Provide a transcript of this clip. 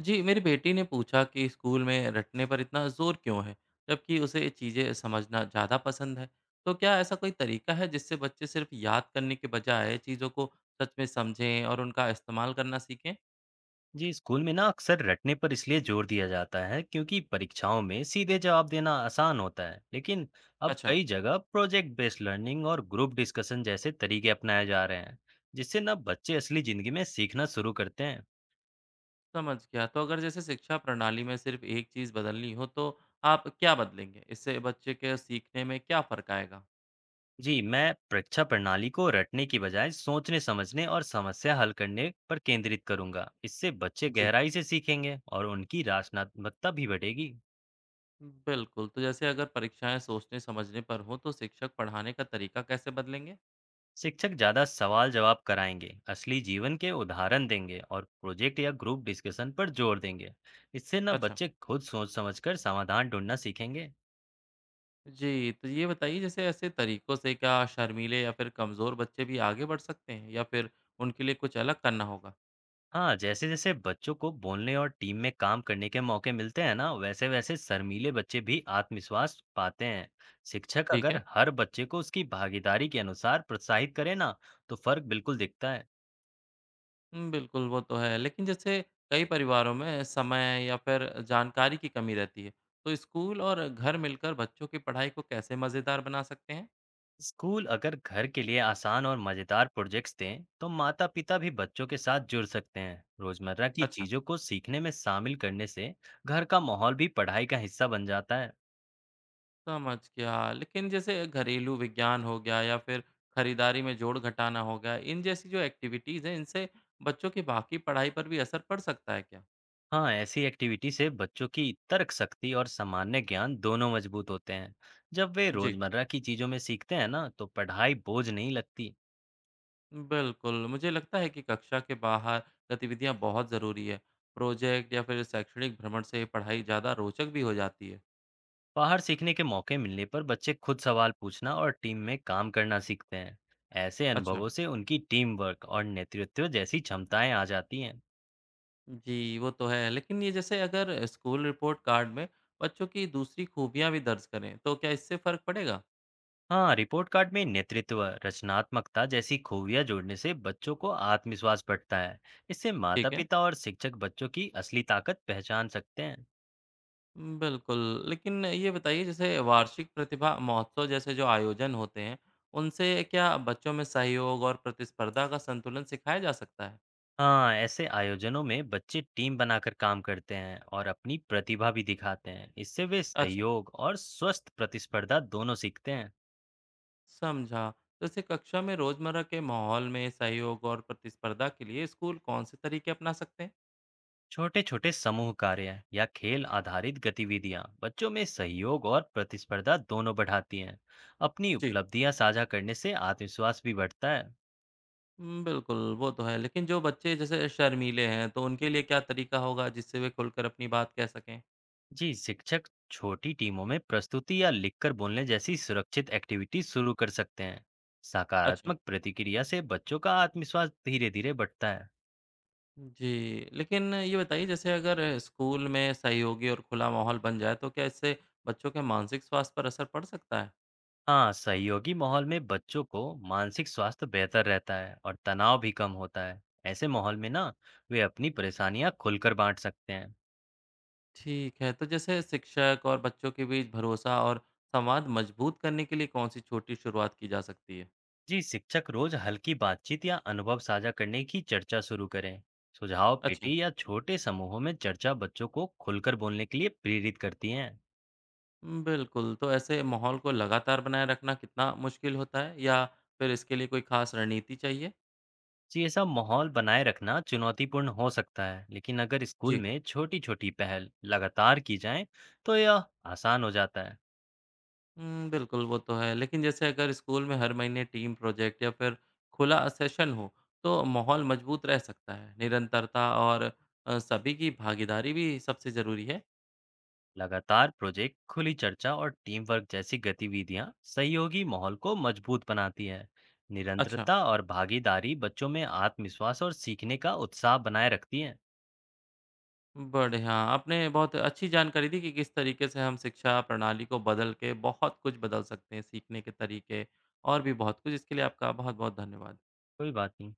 जी, मेरी बेटी ने पूछा कि स्कूल में रटने पर इतना जोर क्यों है, जबकि उसे चीज़ें समझना ज़्यादा पसंद है। तो क्या ऐसा कोई तरीका है जिससे बच्चे सिर्फ याद करने के बजाय चीज़ों को सच में समझें और उनका इस्तेमाल करना सीखें? जी, स्कूल में ना अक्सर रटने पर इसलिए जोर दिया जाता है क्योंकि परीक्षाओं में सीधे जवाब देना आसान होता है। लेकिन अब अच्छा, कई जगह प्रोजेक्ट बेस्ड लर्निंग और ग्रुप डिस्कशन जैसे तरीके अपनाए जा रहे हैं, जिससे ना बच्चे असली जिंदगी में सीखना शुरू करते हैं। समझ गया। तो अगर जैसे शिक्षा प्रणाली में सिर्फ एक चीज़ बदलनी हो, तो आप क्या बदलेंगे? इससे बच्चे के सीखने में क्या फ़र्क आएगा? जी, मैं परीक्षा प्रणाली को रटने की बजाय सोचने, समझने और समस्या हल करने पर केंद्रित करूंगा। इससे बच्चे जी, गहराई से सीखेंगे और उनकी रचनात्मकता भी बढ़ेगी। बिल्कुल। तो जैसे अगर परीक्षाएं सोचने समझने पर हो, तो शिक्षक पढ़ाने का तरीका कैसे बदलेंगे? शिक्षक ज़्यादा सवाल जवाब कराएंगे, असली जीवन के उदाहरण देंगे और प्रोजेक्ट या ग्रुप डिस्कशन पर जोर देंगे। इससे ना अच्छा। बच्चे खुद सोच समझकर समाधान ढूंढना सीखेंगे। जी, तो ये बताइए जैसे ऐसे तरीकों से क्या शर्मीले या फिर कमज़ोर बच्चे भी आगे बढ़ सकते हैं या फिर उनके लिए कुछ अलग करना होगा? हाँ, जैसे जैसे बच्चों को बोलने और टीम में काम करने के मौके मिलते हैं ना, वैसे वैसे शर्मीले बच्चे भी आत्मविश्वास पाते हैं। शिक्षक ठीक अगर है। हर बच्चे को उसकी भागीदारी के अनुसार प्रोत्साहित करे ना, तो फर्क बिल्कुल दिखता है। हुँ, बिल्कुल वो तो है, लेकिन जैसे कई परिवारों में समय या फिर जानकारी की कमी रहती है, तो स्कूल और घर मिलकर बच्चों की पढ़ाई को कैसे मज़ेदार बना सकते हैं? स्कूल अगर घर के लिए आसान और मजेदार प्रोजेक्ट्स दें तो माता-पिता भी बच्चों के साथ जुड़ सकते हैं। रोजमर्रा की अच्छा, चीजों को सीखने में शामिल करने से घर का माहौल भी पढ़ाई का हिस्सा बन जाता है। समझ गया। लेकिन जैसे घरेलू विज्ञान हो गया या फिर खरीदारी में जोड़-घटाना हो गया, इन जैसी जो एक्टिविटीज़ हैं, इनसे बच्चों की बाकी पढ़ाई पर भी असर पड़ सकता है क्या? हाँ, ऐसी एक्टिविटी से बच्चों की तर्क शक्ति और सामान्य ज्ञान दोनों मजबूत होते हैं। जब वे जी। रोजमर्रा की चीजों में सीखते हैं ना, तो पढ़ाई बोझ नहीं लगती। बिल्कुल, मुझे लगता है कि कक्षा के बाहर गतिविधियाँ बहुत ज़रूरी है। प्रोजेक्ट या फिर शैक्षणिक भ्रमण से पढ़ाई ज़्यादा रोचक भी हो जाती है। बाहर सीखने के मौके मिलने पर बच्चे खुद सवाल पूछना और टीम में काम करना सीखते हैं। ऐसे अच्छा। अनुभवों से उनकी टीम वर्क और नेतृत्व जैसी क्षमताएं आ जाती हैं। जी, वो तो है, लेकिन ये जैसे अगर स्कूल रिपोर्ट कार्ड में बच्चों की दूसरी खूबियाँ भी दर्ज करें, तो क्या इससे फ़र्क पड़ेगा? हाँ, रिपोर्ट कार्ड में नेतृत्व, रचनात्मकता जैसी खूबियां जोड़ने से बच्चों को आत्मविश्वास बढ़ता है। इससे माता ठीक है। पिता और शिक्षक बच्चों की असली ताकत पहचान सकते हैं। बिल्कुल, लेकिन ये बताइए जैसे वार्षिक प्रतिभा महोत्सव जैसे जो आयोजन होते हैं, उनसे क्या बच्चों में सहयोग और प्रतिस्पर्धा का संतुलन सिखाया जा सकता है? हाँ, ऐसे आयोजनों में बच्चे टीम बनाकर काम करते हैं और अपनी प्रतिभा भी दिखाते हैं। इससे वे अच्छा। सहयोग और स्वस्थ प्रतिस्पर्धा दोनों सीखते हैं। समझा। तो जैसे कक्षा में रोजमर्रा के माहौल में सहयोग और प्रतिस्पर्धा के लिए स्कूल कौन से तरीके अपना सकते हैं? छोटे छोटे समूह कार्य या खेल आधारित गतिविधियां बच्चों में सहयोग और प्रतिस्पर्धा दोनों बढ़ाती हैं। अपनी जी। उपलब्धियां साझा करने से आत्मविश्वास भी बढ़ता है। हुँ, बिल्कुल, वो तो है। लेकिन जो बच्चे जैसे शर्मीले हैं, तो उनके लिए क्या तरीका होगा जिससे वे खुलकर अपनी बात कह सकें? जी, शिक्षक छोटी टीमों में प्रस्तुति या लिखकर बोलने जैसी सुरक्षित एक्टिविटी शुरू कर सकते हैं। अच्छा। सकारात्मक प्रतिक्रिया से बच्चों का आत्मविश्वास धीरे धीरे बढ़ता है। जी, लेकिन ये बताइए जैसे अगर स्कूल में सहयोगी और खुला माहौल बन जाए तो क्या इससे बच्चों के मानसिक स्वास्थ्य पर असर पड़ सकता है? हाँ, सहयोगी माहौल में बच्चों को मानसिक स्वास्थ्य बेहतर रहता है और तनाव भी कम होता है। ऐसे माहौल में ना वे अपनी परेशानियां खुलकर बांट सकते हैं। ठीक है, तो जैसे शिक्षक और बच्चों के बीच भरोसा और संवाद मजबूत करने के लिए कौन सी छोटी शुरुआत की जा सकती है? जी, शिक्षक रोज हल्की बातचीत या अनुभव साझा करने की चर्चा शुरू करें। सुझाव अच्छा। पेटी या छोटे समूहों में चर्चा बच्चों को खुलकर बोलने के लिए प्रेरित करती है। बिल्कुल, तो ऐसे माहौल को लगातार बनाए रखना कितना मुश्किल होता है या फिर इसके लिए कोई ख़ास रणनीति चाहिए? जी, ऐसा माहौल बनाए रखना चुनौतीपूर्ण हो सकता है, लेकिन अगर स्कूल जी। में छोटी-छोटी पहल लगातार की जाए, तो यह आसान हो जाता है। हुँ, बिल्कुल वो तो है, लेकिन जैसे अगर स्कूल में हर महीने टीम प्रोजेक्ट या फिर खुला सेशन हो, तो माहौल मजबूत रह सकता है। निरंतरता और सभी की भागीदारी भी सबसे ज़रूरी है। लगातार प्रोजेक्ट, खुली चर्चा और टीम वर्क जैसी गतिविधियां सहयोगी माहौल को मजबूत बनाती है। अच्छा। निरंतरता और भागीदारी बच्चों में आत्मविश्वास और सीखने का उत्साह बनाए रखती है। बढ़िया, आपने बहुत अच्छी जानकारी दी कि किस तरीके से हम शिक्षा प्रणाली को बदल के बहुत कुछ बदल सकते हैं, सीखने के तरीके और भी बहुत कुछ। इसके लिए आपका बहुत-बहुत धन्यवाद। कोई बात नहीं।